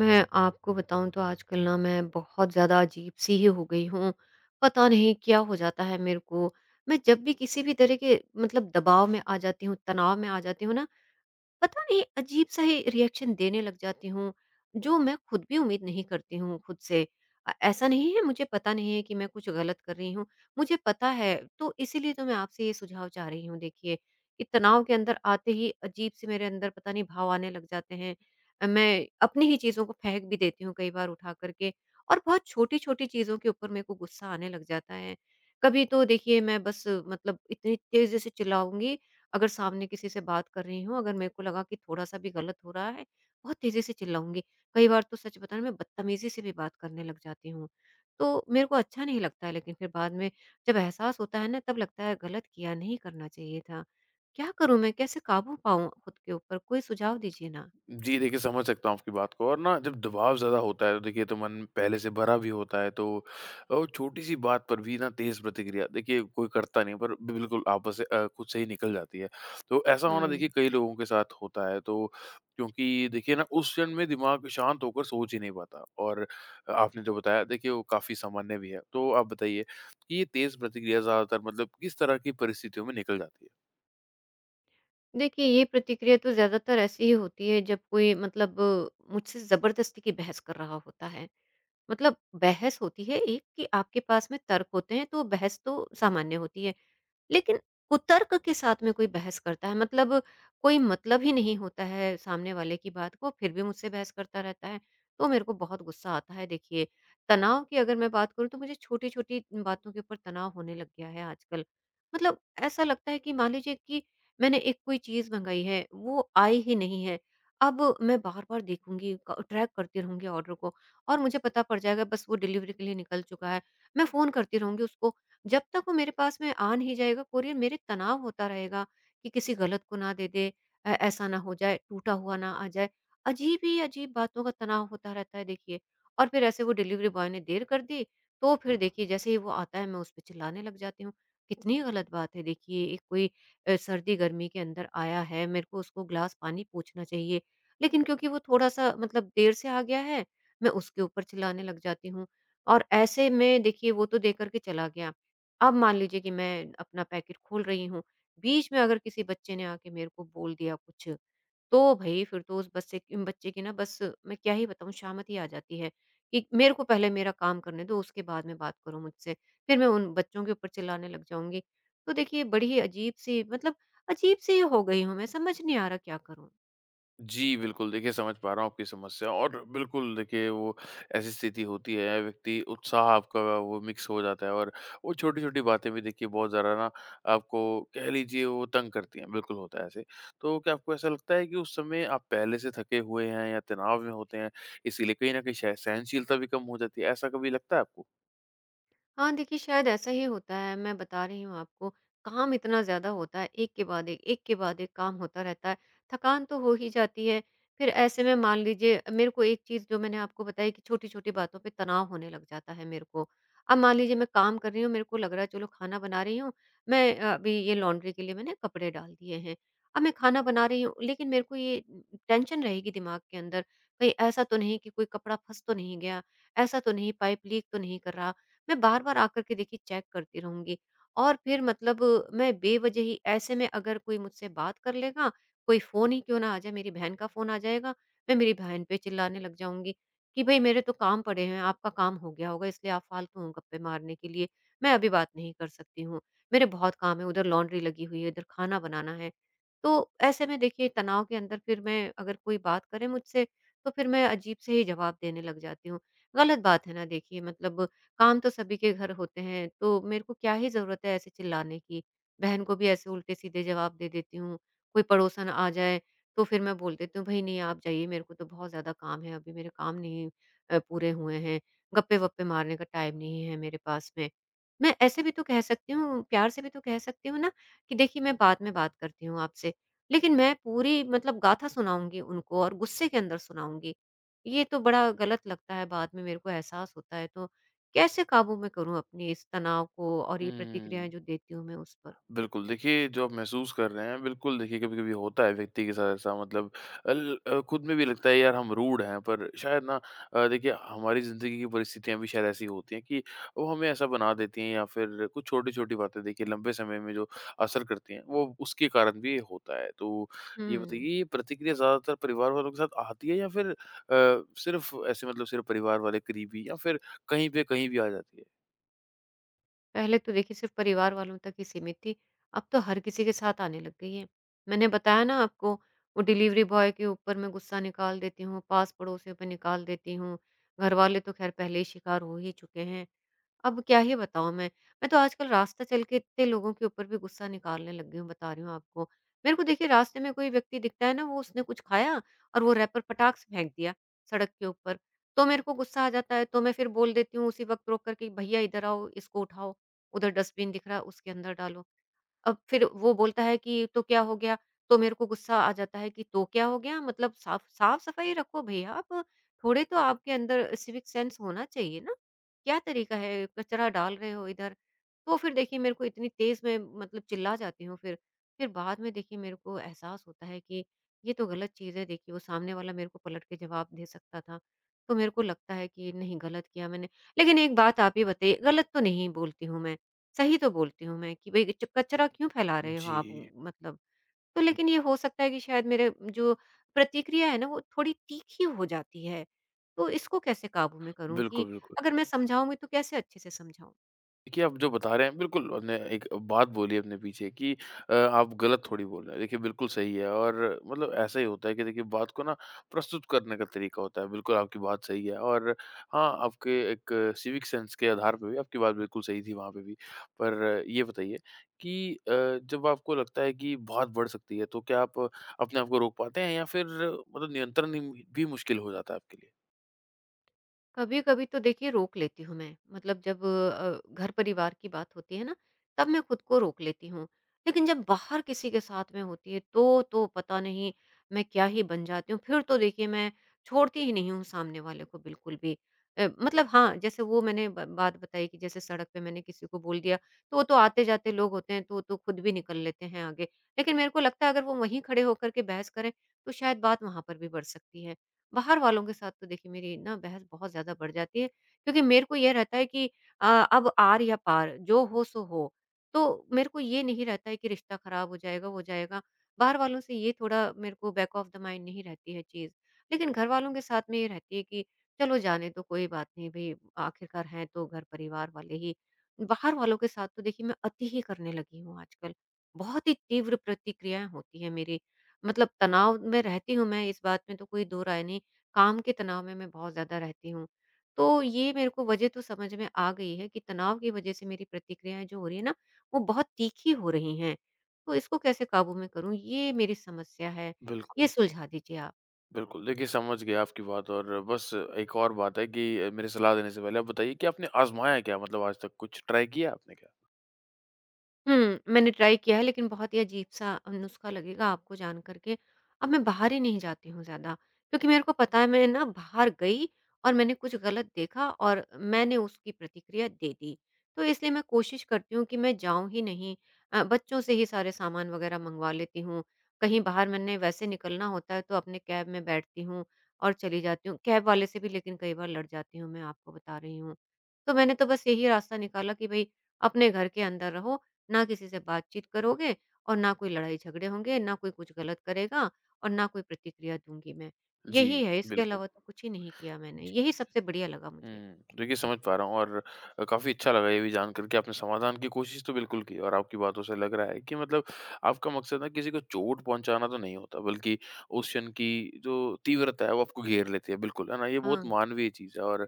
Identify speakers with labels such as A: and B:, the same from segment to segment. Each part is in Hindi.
A: मैं आपको बताऊँ तो आजकल ना मैं बहुत ज़्यादा अजीब-सी ही हो गई हूँ। पता नहीं क्या हो जाता है मेरे को। मैं जब भी किसी भी तरह के मतलब दबाव में आ जाती हूँ, तनाव में आ जाती हूँ ना, पता नहीं अजीब सा ही रिएक्शन देने लग जाती हूँ, जो मैं खुद भी उम्मीद नहीं करती हूँ खुद से। ऐसा नहीं है मुझे पता नहीं है कि मैं कुछ गलत कर रही हूँ, मुझे पता है तो इसीलिए तो मैं आपसे ये सुझाव चाह रही हूँ देखिए, कि तनाव के अंदर आते ही अजीब से मेरे अंदर पता नहीं भाव आने लग जाते हैं। मैं अपनी ही चीज़ों को फेंक भी देती हूँ कई बार उठा कर के और बहुत छोटी-छोटी चीज़ों के ऊपर मेरे को गुस्सा आने लग जाता है। कभी तो देखिए मैं बस मतलब इतनी तेज़ी से चिल्लाऊँगी, अगर सामने किसी से बात कर रही हूँ, अगर मेरे को लगा कि थोड़ा-सा भी गलत हो रहा है, बहुत तेज़ी से चिल्लाऊँगी। कई बार तो सच बताऊँ मैं बदतमीज़ी से भी बात करने लग जाती हूँ। तो मेरे को अच्छा नहीं लगता है, लेकिन फिर बाद में जब एहसास होता है ना, तब लगता है गलत किया, नहीं करना चाहिए था। क्या करूँ मैं? कैसे काबू पाऊँ खुद के ऊपर? कोई सुझाव दीजिए ना।
B: जी, देखिए, समझ सकता हूँ आपकी बात को। और ना, जब दबाव ज़्यादा होता है तो देखिए तो मन पहले से भरा भी होता है, तो और छोटी-सी बात पर भी ना तेज़ प्रतिक्रिया, देखिए कोई करता नहीं है, पर बिल्कुल आपस से खुद से ही निकल जाती है। तो ऐसा होना देखिए
A: हुँ।
B: कई लोगों के साथ होता है तो, क्योंकि देखिए ना, उस क्षण में दिमाग शांत होकर सोच ही नहीं पाता। और आपने जो बताया देखिए, वो काफ़ी सामान्य भी है। तो आप बताइए कि ये तेज़ प्रतिक्रिया ज़्यादातर मतलब किस तरह की परिस्थितियों में निकल जाती है?
A: देखिए, ये प्रतिक्रिया तो ज़्यादातर ऐसी ही होती है जब कोई मतलब मुझसे ज़बरदस्ती की बहस कर रहा होता है। मतलब, बहस होती है एक कि आपके पास में तर्क होते हैं, तो बहस तो सामान्य होती है। लेकिन कुतर्क के साथ में कोई बहस करता है, मतलब कोई मतलब ही नहीं होता है सामने वाले की बात को, फिर भी मुझसे बहस करता रहता है, तो मेरे को बहुत गुस्सा आता है देखिए। तनाव की अगर मैं बात करूँ, तो मुझे छोटी छोटी बातों के ऊपर तनाव होने लग गया है आजकल। मतलब, ऐसा लगता है कि मान लीजिए कि मैंने एक कोई चीज मंगाई है, वो आई ही नहीं है। अब मैं बार बार देखूंगी, ट्रैक करती रहूंगी ऑर्डर को, और मुझे पता पड़ जाएगा बस वो डिलीवरी के लिए निकल चुका है। मैं फोन करती रहूंगी उसको, जब तक वो मेरे पास में आ नहीं जाएगा कोरियर, मेरे तनाव होता रहेगा कि किसी गलत को ना दे दे। ऐसा ना हो जाए, टूटा हुआ ना आ जाए, अजीब ही अजीब बातों का तनाव होता रहता है देखिए। और फिर ऐसे वो डिलीवरी बॉय ने देर कर दी, तो फिर देखिए जैसे ही वो आता है, मैं उस पर चिल्लाने लग जाती हूँ। कितनी गलत बात है देखिए, एक कोई सर्दी गर्मी के अंदर आया है, मेरे को उसको ग्लास पानी पूछना चाहिए। लेकिन क्योंकि वो थोड़ा सा मतलब देर से आ गया है, मैं उसके ऊपर चिल्लाने लग जाती हूँ। और ऐसे में देखिए वो तो दे करके चला गया। अब मान लीजिए कि मैं अपना पैकेट खोल रही हूँ, बीच में अगर किसी बच्चे ने आके मेरे को बोल दिया कुछ, तो भई फिर तो उस बच्चे बच्चे की ना बस, मैं क्या ही बताऊँ, शामत ही आ जाती है कि मेरे को पहले मेरा काम करने दो, उसके बाद में बात करो मुझसे। फिर मैं उन बच्चों के ऊपर चिल्लाने लग जाऊँगी। तो देखिए बड़ी अजीब-सी, मतलब अजीब-सी हो गई हूँ मैं, समझ नहीं आ रहा क्या करूँ?
B: जी, बिल्कुल। देखिए, समझ पा रहा हूँ आपकी समस्या। और बिल्कुल देखिए, वो ऐसी स्थिति होती है, व्यक्ति उत्साह आपका वो मिक्स हो जाता है। और वो छोटी-छोटी बातें भी देखिए बहुत ज़्यादा ना, आपको कह लीजिए वो तंग करती हैं, बिल्कुल होता है ऐसे। तो क्या आपको ऐसा लगता है कि उस समय आप पहले से थके हुए हैं या तनाव में होते हैं, इसीलिए कहीं न कहीं शायद सहनशीलता भी कम हो जाती है, ऐसा कभी लगता है आपको?
A: हाँ, देखिए शायद ऐसा ही होता है, मैं बता रही हूँ आपको। काम इतना ज़्यादा होता है, एक के बाद एक, एक के बाद एक काम होता रहता है, थकान तो हो ही जाती है। फिर ऐसे में मान लीजिए मेरे को एक चीज़ जो मैंने आपको बताई, कि छोटी-छोटी बातों पे तनाव होने लग जाता है मेरे को। अब मान लीजिए मैं काम कर रही हूँ, मेरे को लग रहा है चलो खाना बना रही हूँ, मैं अभी ये लॉन्ड्री के लिए मैंने कपड़े डाल दिए हैं। अब मैं खाना बना रही हूँ, लेकिन मेरे को ये टेंशन रहेगी दिमाग के अंदर, कहीं ऐसा तो नहीं कि कोई कपड़ा फँस तो नहीं गया, ऐसा तो नहीं पाइप लीक तो नहीं कर रहा। मैं बार-बार आकर के देखिए चेक करती रहूँगी। और फिर मतलब, मैं बेवजह ही ऐसे में, अगर कोई मुझसे बात कर लेगा, कोई फ़ोन ही क्यों ना आ जाए, मेरी बहन का फ़ोन आ जाएगा, मैं मेरी बहन पे चिल्लाने लग जाऊँगी कि भई मेरे तो काम पड़े हैं, आपका काम हो गया होगा इसलिए आप फालतू हो गप्पे मारने के लिए, मैं अभी बात नहीं कर सकती हूँ। मेरे बहुत काम है, उधर लॉन्ड्री लगी हुई है, इधर खाना बनाना है। तो ऐसे में देखिए तनाव के अंदर, फिर मैं अगर कोई बात करे मुझसे, तो फिर मैं अजीब से ही जवाब देने लग जाती हूँ। गलत बात है ना देखिए, मतलब काम तो सभी के घर होते हैं, तो मेरे को क्या ही ज़रूरत है ऐसे चिल्लाने की। बहन को भी ऐसे उल्टे-सीधे जवाब दे देती हूँ, कोई पड़ोसन आ जाए तो फिर मैं बोल देती हूँ, "भई नहीं आप जाइए, मेरे को तो बहुत ज़्यादा काम है, अभी मेरे काम नहीं पूरे हुए हैं, गप्पे-वप्पे मारने का टाइम नहीं है मेरे पास में।" मैं ऐसे भी तो कह सकती हूँ, प्यार से भी तो कह सकती हूँ ना, कि देखिए मैं बाद में बात करती हूँ आपसे, लेकिन मैं पूरी मतलब गाथा सुनाऊँगी उनको, और गुस्से के अंदर सुनाऊँगी। ये तो बड़ा गलत लगता है, बाद में मेरे को एहसास होता है तो कैसे काबू में करूँ अपने इस तनाव को और ये
B: हुँ।
A: प्रतिक्रियाएँ जो देती हूँ मैं उस पर?
B: बिल्कुल, देखिए जो आप महसूस कर रहे हैं, बिल्कुल देखिए कभी-कभी होता है व्यक्ति के साथ ऐसा, मतलब खुद में भी लगता है यार हम रूड हैं, पर शायद ना देखिए, हमारी ज़िंदगी की परिस्थितियाँ भी शायद ऐसी होती हैं कि वो हमें ऐसा बना देती हैं, या फिर कुछ छोटी-छोटी बातें देखिए लंबे समय में जो असर करती हैं, वो उसके कारण भी होता है। तो ये
A: हुँ।
B: बताइए, ये प्रतिक्रिया ज़्यादातर परिवार वालों के साथ आती है या फिर सिर्फ़ ऐसे, मतलब सिर्फ़ परिवार वाले करीबी, या फिर कहीं पे कहीं भी आ जाती है?
A: पहले तो देखिए सिर्फ़ परिवार वालों तक ही सीमित थी, अब तो हर किसी के साथ आने लग गई है। मैंने बताया ना आपको, वो डिलीवरी बॉय के ऊपर मैं गुस्सा निकाल देती हूँ, पास पड़ोसियों पे निकाल देती हूँ, घरवाले तो ख़ैर पहले ही शिकार हो ही चुके हैं। अब क्या ही बताऊँ मैं तो आजकल रास्ता चल के इतने लोगों के ऊपर भी गुस्सा निकालने लग गई हूँ, बता रही हूँ आपको। मेरे को देखिए रास्ते में कोई व्यक्ति दिखता है ना, वो उसने कुछ खाया और वो रैपर पटाक से फेंक दिया सड़क के ऊपर, तो मेरे को गुस्सा आ जाता है, तो मैं फिर बोल देती हूँ उसी वक़्त रोक कर के, "भैया इधर आओ, इसको उठाओ, उधर डस्टबिन दिख रहा है उसके अंदर डालो।" अब फिर वो बोलता है कि तो क्या हो गया? तो मेरे को गुस्सा आ जाता है कि तो क्या हो गया? मतलब साफ-सफाई रखो भैया आप, थोड़े तो आपके अंदर सिविक सेंस होना चाहिए ना। क्या तरीका है, कचरा डाल रहे हो इधर? तो फिर देखिए मेरे को इतनी तेज़ में, मतलब चिल्ला जाती हूँ फिर। फिर बाद में देखिए मेरे को एहसास होता है कि ये तो गलत चीज़ है देखिए, वो सामने वाला मेरे को पलट के जवाब दे सकता था। तो मेरे को लगता है कि नहीं, गलत किया मैंने। लेकिन एक बात आप ही बताइए, गलत तो नहीं बोलती हूँ मैं। सही तो बोलती हूँ मैं कि भई च कचरा क्यों फैला रहे हो
B: जी,
A: आप मतलब? तो लेकिन ये हो सकता है कि शायद मेरे जो प्रतिक्रिया है ना, वो थोड़ी तीखी हो जाती है। तो इसको कैसे काबू में करूँ
B: बिल्कुल,
A: कि
B: बिल्कुल।
A: अगर मैं समझाऊँगी तो कैसे अच्छे से समझाऊँ?
B: देखिए, आप जो बता रहे हैं, बिल्कुल आपने एक बात बोली अपने पीछे कि आप गलत थोड़ी बोल रहे हैं। देखिए, बिल्कुल सही है। और मतलब ऐसा ही होता है कि देखिए, बात को ना प्रस्तुत करने का तरीका होता है। बिल्कुल आपकी बात सही है। और हाँ, आपके एक सिविक सेंस के आधार पे भी आपकी बात बिल्कुल सही थी वहाँ पे भी। पर ये बताइए कि जब आपको लगता है कि बहुत बढ़ सकती है, तो क्या आप अपने आप को रोक पाते हैं, या फिर मतलब नियंत्रण ही भी मुश्किल हो जाता है आपके लिए?
A: कभी कभी तो देखिए रोक लेती हूँ मैं, मतलब जब घर परिवार की बात होती है ना, तब मैं खुद को रोक लेती हूँ। लेकिन जब बाहर किसी के साथ में होती है तो पता नहीं मैं क्या ही बन जाती हूँ, फिर तो देखिए मैं छोड़ती ही नहीं हूँ सामने वाले को बिल्कुल भी। मतलब हाँ, जैसे वो मैंने बात बताई कि जैसे सड़क पे मैंने किसी को बोल दिया, तो वो तो आते जाते लोग होते हैं, तो वो तो खुद भी निकल लेते हैं आगे। लेकिन मेरे को लगता है अगर वो वहीं खड़े होकर के बहस करें, तो शायद बात वहां पर भी बढ़ सकती है। बाहर वालों के साथ तो देखिए मेरी ना बहस बहुत ज़्यादा बढ़ जाती है, क्योंकि मेरे को ये रहता है कि अ, अब आर या पार, जो हो सो हो। तो मेरे को ये नहीं रहता है कि रिश्ता खराब हो जाएगा, वो हो जाएगा। बाहर वालों से ये थोड़ा मेरे को बैक ऑफ द माइंड नहीं रहती है चीज़। लेकिन घर वालों के साथ में ये रहती है कि चलो जाने दो, कोई बात नहीं भई, आखिरकार हैं तो घर परिवार वाले ही। बाहर वालों के साथ तो देखिए मैं अति ही करने लगी हूँ आजकल। बहुत ही तीव्र प्रतिक्रियाएँ होती हैं मेरी। मतलब तनाव में रहती हूँ मैं, इस बात में तो कोई दो राय नहीं। काम के तनाव में मैं बहुत ज़्यादा रहती हूँ। तो ये मेरे को वजह तो समझ में आ गई है कि तनाव की वजह से मेरी प्रतिक्रियाएँ जो हो रही है ना, वो बहुत तीखी हो रही हैं। तो इसको कैसे काबू में करूँ? ये मेरी समस्या है, ये
B: बिल्कुल।
A: सुलझा दीजिए आप।
B: बिल्कुल, देखिए समझ गया आपकी बात। और बस एक और बात है कि मेरे सलाह देने से पहले आप बताइए कि आपने आज़माया क्या? मतलब आज तक कुछ ट्राई किया आपने क्या?
A: हुँ, मैंने ट्राई किया है, लेकिन बहुत ही अजीब-सा नुस्खा लगेगा आपको जान कर के। अब मैं बाहर ही नहीं जाती हूँ ज़्यादा, क्योंकि मेरे को पता है मैं ना बाहर गई और मैंने कुछ गलत देखा और मैंने उसकी प्रतिक्रिया दे दी। तो इसलिए मैं कोशिश करती हूँ कि मैं जाऊँ ही नहीं, बच्चों से ही सारे सामान वग़ैरह मँगवा लेती हूँ। कहीं बाहर मैंने वैसे निकलना होता है तो अपने कैब में बैठती हूँ और चली जाती हूँ। कैब वाले से भी लेकिन कई बार लड़ जाती हूँ मैं, आपको बता रही हूँ। तो मैंने तो बस यही रास्ता निकाला कि भई अपने घर के अंदर रहो, ना किसी से बातचीत करोगे और ना कोई लड़ाई झगड़े होंगे, ना कोई कुछ गलत करेगा और ना कोई प्रतिक्रिया दूँगी मैं।
B: जी,
A: यही है, इसके
B: बिल्कुल।
A: अलावा तो कुछ ही नहीं किया मैंने। यही सबसे बढ़िया लगा मुझे।
B: हुँ। देखिए समझ पा रहा हूँ। और काफ़ी अच्छा लगा ये भी जान कर के, आपने समाधान की कोशिश तो बिल्कुल की। और आपकी बातों से लग रहा है कि मतलब आपका मकसद ना किसी को चोट पहुँचाना तो नहीं होता, बल्कि उस क्षण की जो तीव्रता है, वो आपको घेर लेती है बिल्कुल, है ना? ये बहुत
A: हाँ।
B: मानवीय चीज़ है। और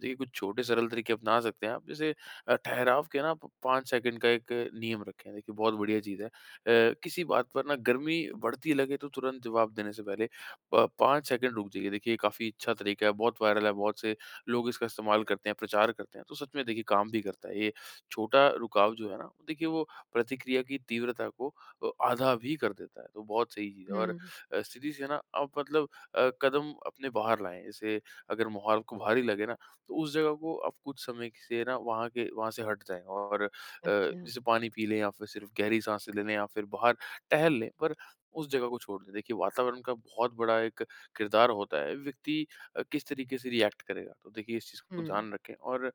B: देखिए, कुछ छोटे सरल तरीके अपना सकते हैं आप। जैसे ठहराव के ना, प 5 सेकंड का एक नियम रखें, देखिए बहुत बढ़िया चीज़ है। किसी बात पर ना गर्मी बढ़ती लगे, तो तुरंत जवाब देने से पहले प 5 सेकंड रुक जाइए। देखिए, ये काफ़ी अच्छा तरीका है, बहुत वायरल है, बहुत से लोग इसका इस्तेमाल करते हैं, प्रचार करते हैं, तो सच में देखिए काम भी करता है। ये छोटा रुकाव जो है ना, देखिए वो प्रतिक्रिया की तीव्रता को आधा भी कर देता है, तो बहुत सही चीज़ है। और
A: हुँ।
B: स्थिति से ना आप, मतलब कदम अपने बाहर लाएँ। जैसे, अगर माहौल आपको भारी लगे ना, तो उस जगह को आप कुछ समय से ना वहाँ के वहाँ से हट जाएँ, और
A: अच्छा।
B: जैसे पानी पी लें, या फिर सिर्फ़ गहरी साँसें ले लें, या फिर बाहर टहल लें, पर उस जगह को छोड़ दें। देखिए, वातावरण का बहुत बड़ा एक किरदार होता है, व्यक्ति किस तरीके से रिएक्ट करेगा। तो देखिए, इस चीज़
A: हुँ।
B: को ध्यान रखें। और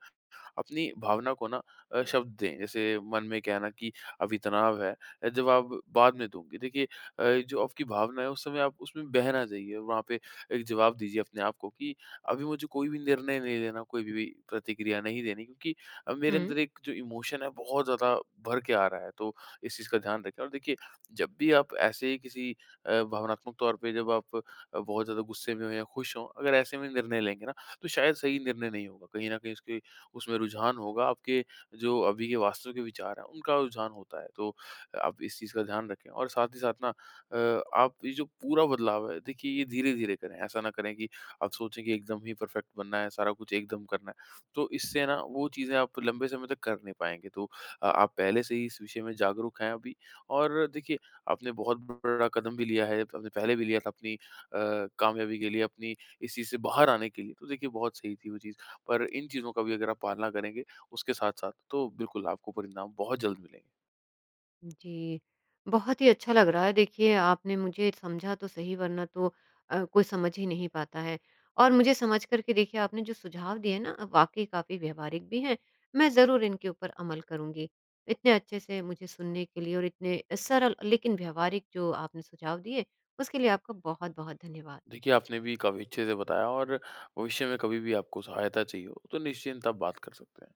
B: अपनी भावना को ना शब्द दें। जैसे मन में कहना कि अभी तनाव है, जवाब बाद में दूँगी। देखिए, जो आपकी भावना है उस समय, आप उसमें बह ना जाइए। वहाँ पे एक जवाब दीजिए अपने आप को कि अभी मुझे कोई भी निर्णय नहीं लेना, कोई भी प्रतिक्रिया नहीं देनी, क्योंकि मेरे
A: हुँ।
B: अंदर एक जो इमोशन है, बहुत ज़्यादा भर के आ रहा है। तो इस चीज़ का ध्यान रखें। और देखिए, जब भी आप ऐसे ही किसी भावनात्मक तौर पे, जब आप बहुत ज़्यादा गुस्से में हो या खुश हो, अगर ऐसे में निर्णय लेंगे ना, तो शायद सही निर्णय नहीं होगा। कहीं न कहीं उसके उसमें रुझान होगा, आपके जो अभी के वास्तव के विचार हैं, उनका रुझान होता है। तो आप इस चीज़ का ध्यान रखें, और साथ ही साथ ना आप ये जो पूरा बदलाव है, देखिए, ये धीरे-धीरे करें। ऐसा ना करें कि आप सोचें कि एकदम ही परफेक्ट बनना है, सारा कुछ एकदम करना है। तो इससे ना वो चीज़ें आप लंबे समय तक कर नहीं पाएँगे। तो आप पहले से ही इस विषय में जागरूक हैं अभी, और देखिए, आपने बहुत बड़ा कदम भी लिया है। आपने पहले भी लिया था अपनी कामयाबी के लिए, अपनी इस चीज़ से बाहर आने के लिए। तो देखिए, बहुत सही थी वो चीज़। पर इन चीज़ों का भी अगर आप पालना करेंगे उसके साथ-साथ, तो बिल्कुल आपको परिणाम बहुत जल्द मिलेंगे।
A: जी, बहुत ही अच्छा लग रहा है देखिए, आपने मुझे समझा तो सही, वरना तो कोई समझ ही नहीं पाता है। और मुझे समझ कर के देखिए आपने जो सुझाव दिए ना, वाक़ई काफ़ी व्यावहारिक भी हैं, मैं ज़रूर इनके ऊपर अमल करूँगी। इतने अच्छे से मुझे सुनने के लिए और इतने सरल लेकिन व्यावहारिक जो आपने सुझाव दिए, उसके लिए आपका बहुत-बहुत धन्यवाद।
B: देखिए, आपने भी काफ़ी अच्छे से बताया। और भविष्य में कभी भी आपको सहायता चाहिए हो तो निश्चिंत आप बात कर सकते हैं।